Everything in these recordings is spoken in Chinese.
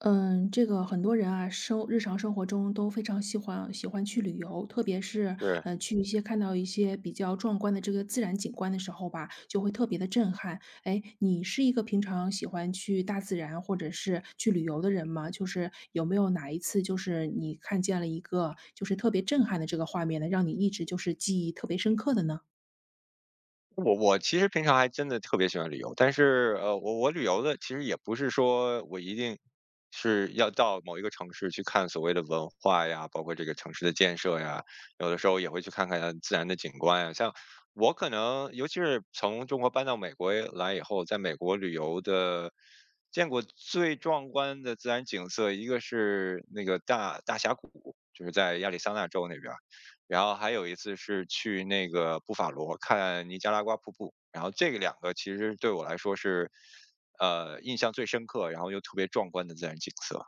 嗯，这个很多人啊，生日常生活中都非常喜欢去旅游，特别是是，去一些看到一些比较壮观的这个自然景观的时候吧，就会特别的震撼。哎，你是一个平常喜欢去大自然或者是去旅游的人吗？就是有没有哪一次就是你看见了一个就是特别震撼的这个画面呢，让你一直就是记忆特别深刻的呢？我其实平常还真的特别喜欢旅游，但是我旅游的其实也不是说我一定是要到某一个城市去看所谓的文化呀，包括这个城市的建设呀，有的时候也会去看看自然的景观呀。像我可能尤其是从中国搬到美国来以后，在美国旅游的见过最壮观的自然景色，一个是那个大峡谷，就是在亚利桑那州那边。然后还有一次是去那个布法罗看尼加拉瓜瀑布，然后这个两个其实对我来说是，印象最深刻，然后又特别壮观的自然景色。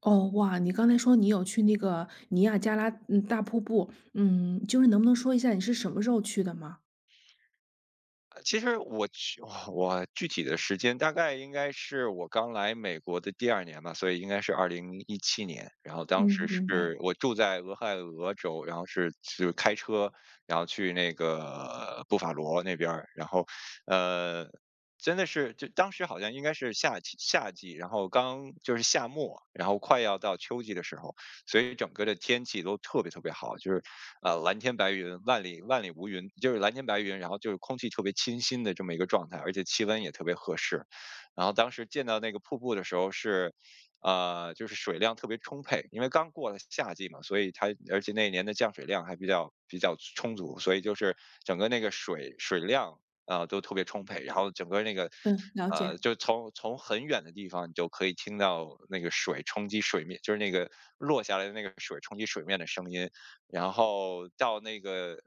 哦，哇，你刚才说你有去那个尼亚加拉大瀑布，嗯，就是能不能说一下你是什么时候去的吗？其实我去 我具体的时间大概应该是我刚来美国的第二年吧，所以应该是2017年。然后当时嗯，明白，是我住在俄亥俄州，然后是就是开车，然后去那个布法罗那边儿，然后，呃，真的是就当时好像应该是夏季，然后刚就是夏末，然后快要到秋季的时候，所以整个的天气都特别特别好，就是蓝天白云，万里无云，就是蓝天白云，然后就是空气特别清新的这么一个状态，而且气温也特别合适。然后当时见到那个瀑布的时候是，就是水量特别充沛，因为刚过了夏季嘛，所以它而且那一年的降水量还比较充足，所以就是整个那个水量都特别充沛，然后整个那个嗯，了解。就从很远的地方，你就可以听到那个水冲击水面，就是那个落下来的那个水冲击水面的声音，然后到那个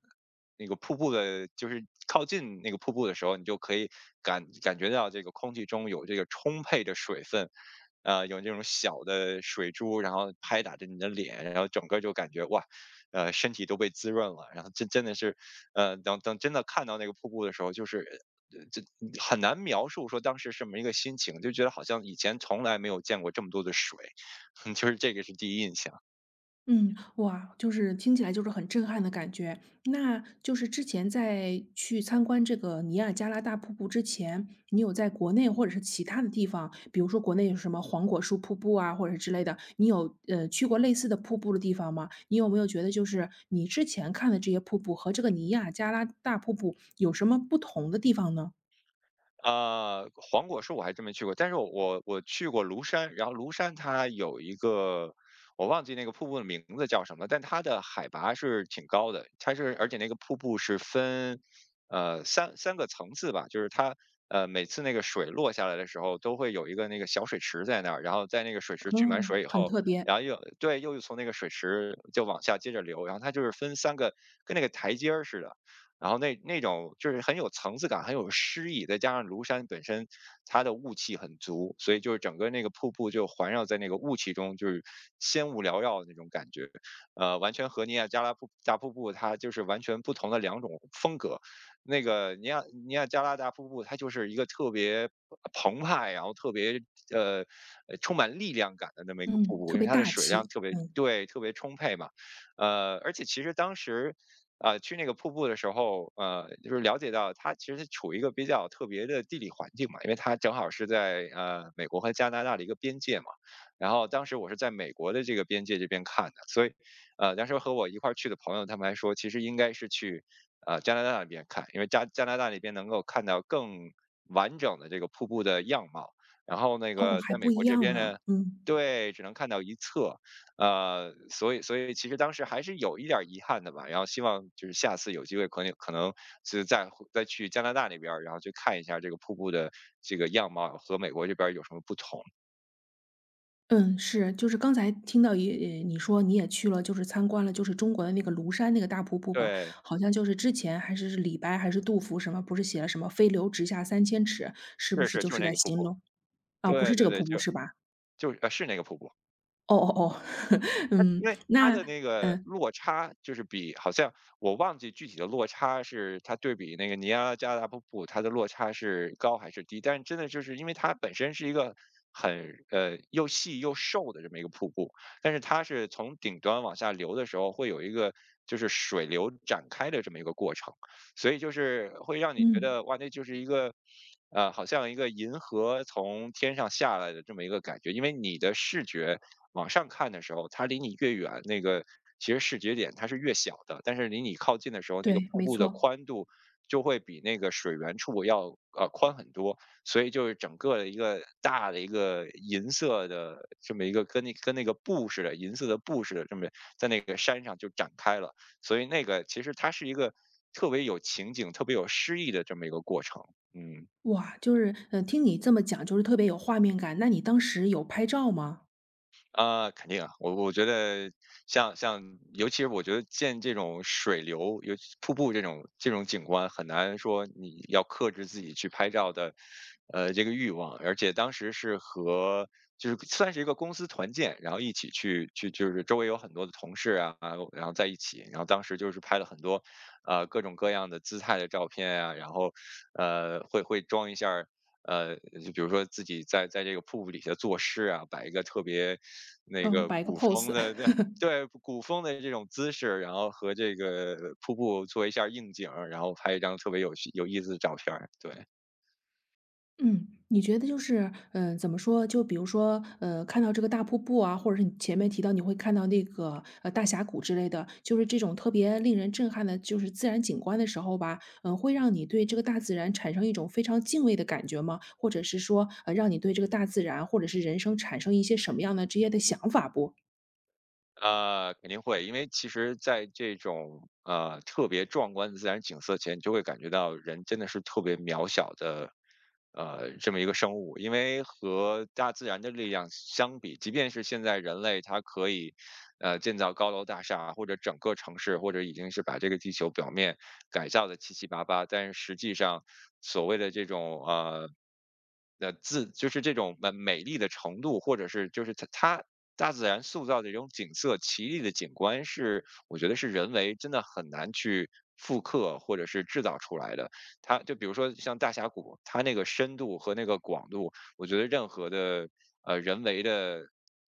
那个瀑布的，就是靠近那个瀑布的时候，你就可以感觉到这个空气中有这个充沛的水分，有这种小的水珠，然后拍打着你的脸，然后整个就感觉哇，身体都被滋润了。然后真的是，等等真的看到那个瀑布的时候，就是。这很难描述说当时什么一个心情，就觉得好像以前从来没有见过这么多的水，就是这个是第一印象。嗯，哇，就是听起来就是很震撼的感觉。那就是之前在去参观这个尼亚加拉大瀑布之前，你有在国内或者是其他的地方，比如说国内有什么黄果树瀑布啊，或者是之类的，你有去过类似的瀑布的地方吗？你有没有觉得就是你之前看的这些瀑布和这个尼亚加拉大瀑布有什么不同的地方呢？黄果树我还真没去过，但是我去过庐山，然后庐山它有一个我忘记那个瀑布的名字叫什么了，但它的海拔是挺高的，它是而且那个瀑布是分三个层次吧，就是它每次那个水落下来的时候都会有一个那个小水池在那儿，然后在那个水池蓄满水哦，以很后。特别，然后又对，又从那个水池就往下接着流，然后它就是分三个，跟那个台阶儿似的，然后那种就是很有层次感，很有诗意，再加上庐山本身它的雾气很足，所以就是整个那个瀑布就环绕在那个雾气中，就是仙雾缭绕的那种感觉，完全和尼亚加拉大瀑布它就是完全不同的两种风格。那个尼亚加拉大瀑布它就是一个特别澎湃，然后特别呃充满力量感的那么一个瀑嗯，布，特因为别它的大水量气，特别嗯，对特别充沛嘛，而且其实当时去那个瀑布的时候，就是了解到它其实处于一个比较特别的地理环境嘛，因为它正好是在美国和加拿大的一个边界嘛。然后当时我是在美国的这个边界这边看的，所以当时和我一块儿去的朋友他们还说，其实应该是去加拿大那边看，因为加拿大那边能够看到更完整的这个瀑布的样貌。然后那哦，个还在美不国一这样边呢，呢，嗯。对，只能看到一侧，所以其实当时还是有一点儿遗憾的吧，然后希望就是下次有机会可能是再去加拿大那边儿，然后去看一下这个瀑布的这个样貌和美国这边儿有什么不同。嗯，是，就是刚才听到也你说你也去了，就是参观了，就是中国的那个庐山那个大瀑布吧，对，好像就是之前还是是李白还是杜甫什么，不是写了什么“飞流直下三千尺”，是不是是是，就就是是那在个瀑形布。容啊，不对是这对个对瀑布就是吧？就呃，是那个瀑布。哦哦哦，它因嗯，为它的那那个嗯落差就是比好像我忘记具体的落差是它对比那个尼亚加拉瀑布，它的落差是高还是低，但是真的就是因为它本身是一个很又细又瘦的这么一个瀑布，但是它是从顶端往下流的时候会有一个就是水流展开的这么一个过程。所以就是会让你觉嗯，得哇，那就是一个，好像一个银河从天上下来的这么一个感觉。因为你的视觉往上看的时候，它离你越远，那个其实视觉点它是越小的，但是离你靠近的时候，那个对，瀑没布的错，宽度就会比那个水源处要宽很多。所以就是整个的一个大的一个银色的这么一个跟那个布似的银色的布似的这么在那个山上就展开了。所以那个其实它是一个特别有情景、特别有诗意的这么一个过程。嗯。哇，就是听你这么讲，就是特别有画面感。那你当时有拍照吗？啊，肯定啊，我觉得像像，尤其是我觉得见这种水流，尤其瀑布这种景观，很难说你要克制自己去拍照的，这个欲望。而且当时是和就是算是一个公司团建，然后一起去就是周围有很多的同事啊，然后在一起，然后当时就是拍了很多，各种各样的姿态的照片啊，然后会装一下儿。呃，就比如说自己在这个瀑布底下作诗啊，摆一个特别那哦，摆个 风 pose。的这对古风的这种姿势，然后和这个瀑布做一下应景儿，然后拍一张特别有意思的照片儿，对。嗯，你觉得就是，怎么说？就比如说，看到这个大瀑布啊，或者是你前面提到你会看到那个大峡谷之类的，就是这种特别令人震撼的，就是自然景观的时候吧，会让你对这个大自然产生一种非常敬畏的感觉吗？或者是说，让你对这个大自然或者是人生产生一些什么样的这些的想法不？肯定会，因为其实在这种特别壮观的自然景色前，你就会感觉到人真的是特别渺小的，这么一个生物。因为和大自然的力量相比，即便是现在人类它可以，建造高楼大厦，或者整个城市，或者已经是把这个地球表面改造的七七八八，但是实际上所谓的这种呃。自就是这种美丽的程度，或者是就是它大自然塑造的这种景色、奇丽的景观是，我觉得是人为真的很难去复刻或者是制造出来的。它就比如说像大峡谷，它那个深度和那个广度，我觉得任何的人为的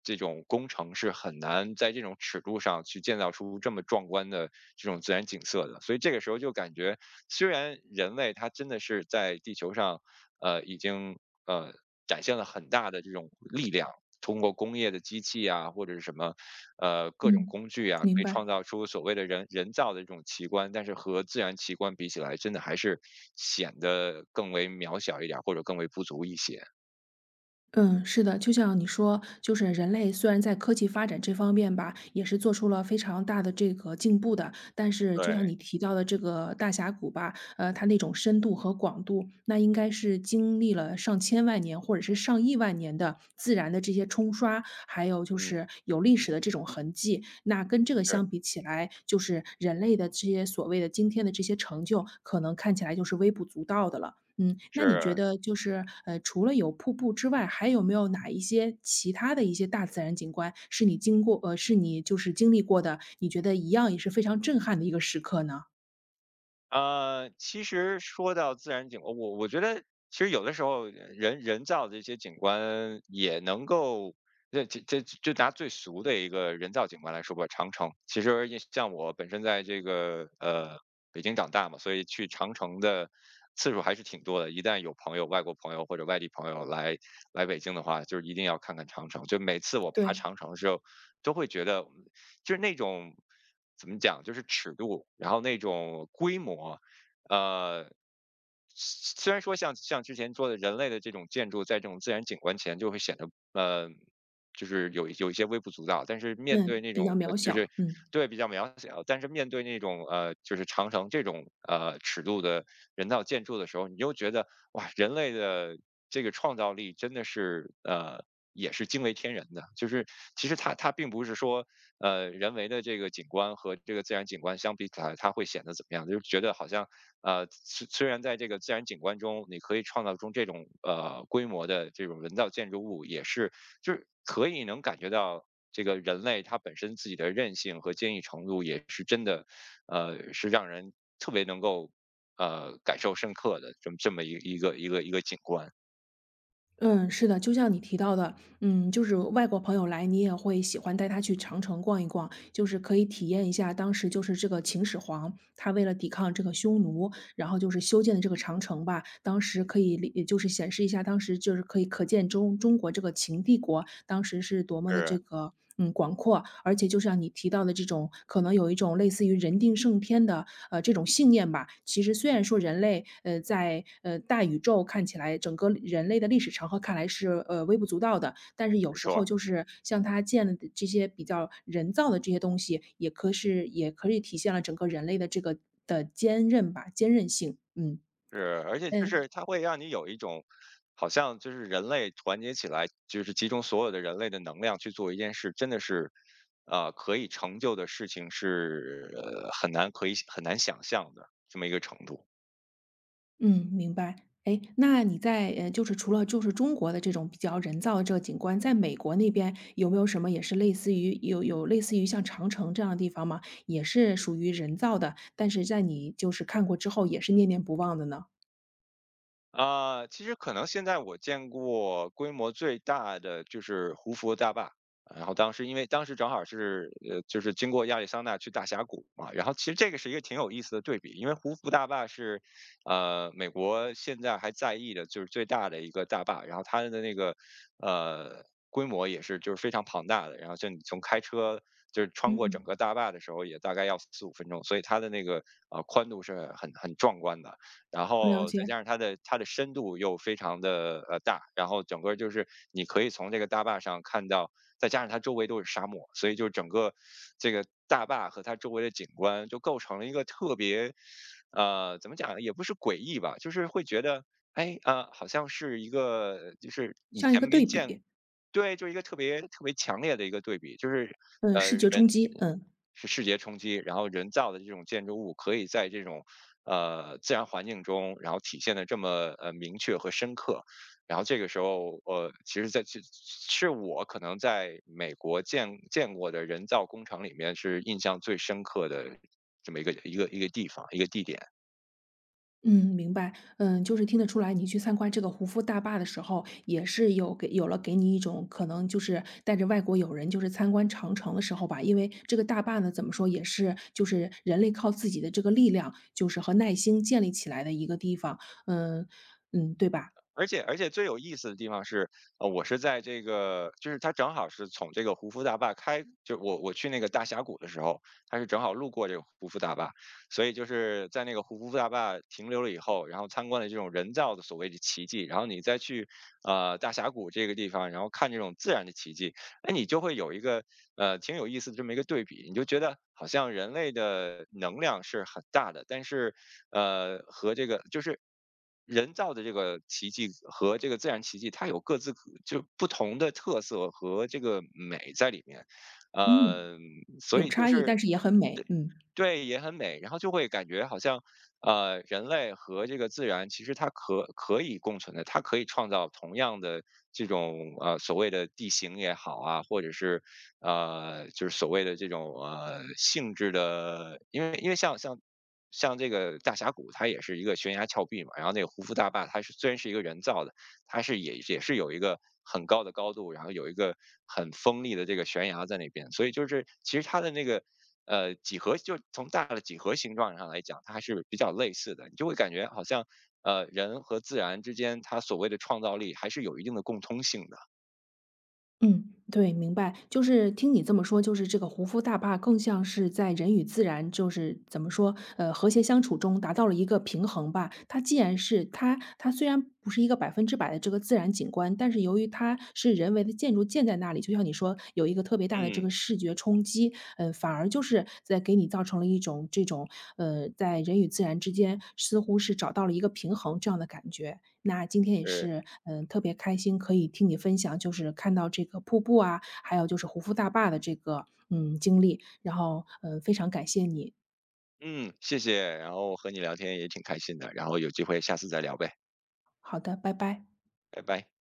这种工程是很难在这种尺度上去建造出这么壮观的这种自然景色的。所以这个时候就感觉，虽然人类它真的是在地球上。已经呃展现了很大的这种力量，通过工业的机器啊，或者是什么各种嗯，工具啊，可明以创白。造出所谓的人造的这种奇观，但是和自然奇观比起来，真的还是显得更为渺小一点儿，或者更为不足一些。嗯，是的，就像你说，就是人类虽然在科技发展这方面吧，也是做出了非常大的这个进步的，但是就对，像你提到的这个大峡谷吧，它那种深度和广度，那应该是经历了上千万年或者是上亿万年的自然的这些冲刷，还有就嗯，是有历史的这种痕迹。那跟这个是相比起来，就是人类的这些所谓的今天的这些成就，可能看起来就是微不足道的了。嗯，那你觉是。得就是，除了有瀑布之外，还有没有哪一些其他的一些大自然景观是你经过呃，是你就是经历过的，你觉得一样也是非常震撼的一个时刻呢？其实说到自然景观，我觉得其实有的时候人造的这些景观也能够，这就拿最俗的一个人造景观来说吧，长城。其实也像我本身在这个北京长大嘛，所以去长城的次数还是挺多的。一旦有朋友、外国朋友或者外地朋友来北京的话，就是一定要看看长城。就每次我爬对。长城的时候，都会觉得就是那种怎么讲，就是尺度，然后那种规模，呃，虽然说像之前说的，人类的这种建筑在这种自然景观前就会显得就是有一些微不足道，但是面对嗯，那比较种渺就是小，嗯。对比较渺小，但是面对那种就是长城这种呃尺度的人造建筑的时候，你就觉得哇，人类的这个创造力真的是也是惊为天人的。就是其实它并不是说人为的这个景观和这个自然景观相比起来，它会显得怎么样？就是觉得好像，虽然在这个自然景观中，你可以创造出这种呃规模的这种人造建筑物，也是就是可以能感觉到这个人类它本身自己的韧性和坚毅程度，也是真的，是让人特别能够感受深刻的这么一个景观。嗯，是的，就像你提到的，就是外国朋友来，你也会喜欢带他去长城逛一逛，就是可以体验一下当时就是这个秦始皇，他为了抵抗这个匈奴，然后就是修建的这个长城吧，当时可以理也就是显示一下，当时就是可见中国这个秦帝国当时是多么的这是，个广阔，而且就像你提到的这种，可能有一种类似于人定胜天的这种信念吧。其实虽然说人类在大宇宙看起来，整个人类的历史长河看来是微不足道的，但是有没时错。候就是像它建了的这些比较人造的这些东西，也可以体现了整个人类的这个的坚韧吧，坚韧性。嗯是，而且就嗯是它会让你有一种，好像就是人类团结起来，就是集中所有的人类的能量去做一件事，真的是，可以成就的事情是呃很难可以很难想象的这么一个程度。嗯，明白。哎，那你在就是除了就是中国的这种比较人造的这个景观，在美国那边有没有什么也是类似于有有类似于像长城这样的地方吗？也是属于人造的，但是在你就是看过之后也是念念不忘的呢？啊，其实可能现在我见过规模最大的就是胡佛大坝，然后当时因为当时正好是就是经过亚利桑那去大峡谷嘛，然后其实这个是一个挺有意思的对比，因为胡佛大坝是美国现在还在役的，就是最大的一个大坝，然后它的那个呃规模也是就是非常庞大的，然后像你从开车就是穿过整嗯，个大坝的时候也大概要四五分钟，所以它的那个呃宽度是很壮观的。然了后再解，加上它的深度又非常的呃大，然后整个就是你可以从这个大坝上看到，再加上它周围都是沙漠，所以就整个这个大坝和它周围的景观就构成了一个特别，怎么讲也不是诡异吧，就是会觉得，哎啊、好像是一个就是以像一前个没对见。比，对，就是一个特别特别强烈的一个对比，就是嗯，视觉人冲击，嗯。是视觉冲击，然后人造的这种建筑物可以在这种自然环境中，然后体现的这么明确和深刻。然后这个时候，其实在这是我可能在美国见过的人造工程里面是印象最深刻的这么一个地点。嗯，明白。嗯，就是听得出来，你去参观这个胡夫大坝的时候，也是有了给你一种可能，就是带着外国友人，就是参观长城的时候吧。因为这个大坝呢，怎么说也是就是人类靠自己的这个力量，就是和耐心建立起来的一个地方。嗯嗯，对吧？而且最有意思的地方是，我是在这个，就是它正好是从这个胡夫大坝开，就我去那个大峡谷的时候，它是正好路过这个胡夫大坝，所以就是在那个胡夫大坝停留了以后，然后参观了这种人造的所谓的奇迹，然后你再去大峡谷这个地方，然后看这种自然的奇迹，哎，你就会有一个呃挺有意思的这么一个对比，你就觉得好像人类的能量是很大的，但是呃和这个就是人造的这个奇迹和这个自然奇迹，它有各自就不同的特色和这个美在里面，嗯，呃，所有以就差异，是但是也很美。嗯。对，也很美，然后就会感觉好像，人类和这个自然其实它可以共存的，它可以创造同样的这种呃所谓的地形也好啊，或者是就是所谓的这种呃性质的，因为像这个大峡谷，它也是一个悬崖峭壁嘛，然后那个胡夫大坝，它是虽然是一个人造的，它是也是有一个很高的高度，然后有一个很锋利的这个悬崖在那边，所以就是其实它的那个几何就从大的几何形状上来讲，它还是比较类似的。你就会感觉好像，人和自然之间，它所谓的创造力还是有一定的共通性的。嗯，对，明白。就是听你这么说，就是这个胡夫大坝更像是在人与自然，就是怎么说，和谐相处中达到了一个平衡吧。它虽然不是一个百分之百的这个自然景观，但是由于它是人为的建筑建在那里，就像你说有一个特别大的这嗯，个视觉冲击，反而就是在给你造成了一种这种在人与自然之间似乎是找到了一个平衡这样的感觉。那今天也呃，是，特别开心可以听你分享，就是看到这个瀑布啊，还有就是胡夫大坝的这个，经历，然后，非常感谢你。嗯，谢谢，然后和你聊天也挺开心的，然后有机会下次再聊呗，好的，拜拜。拜拜。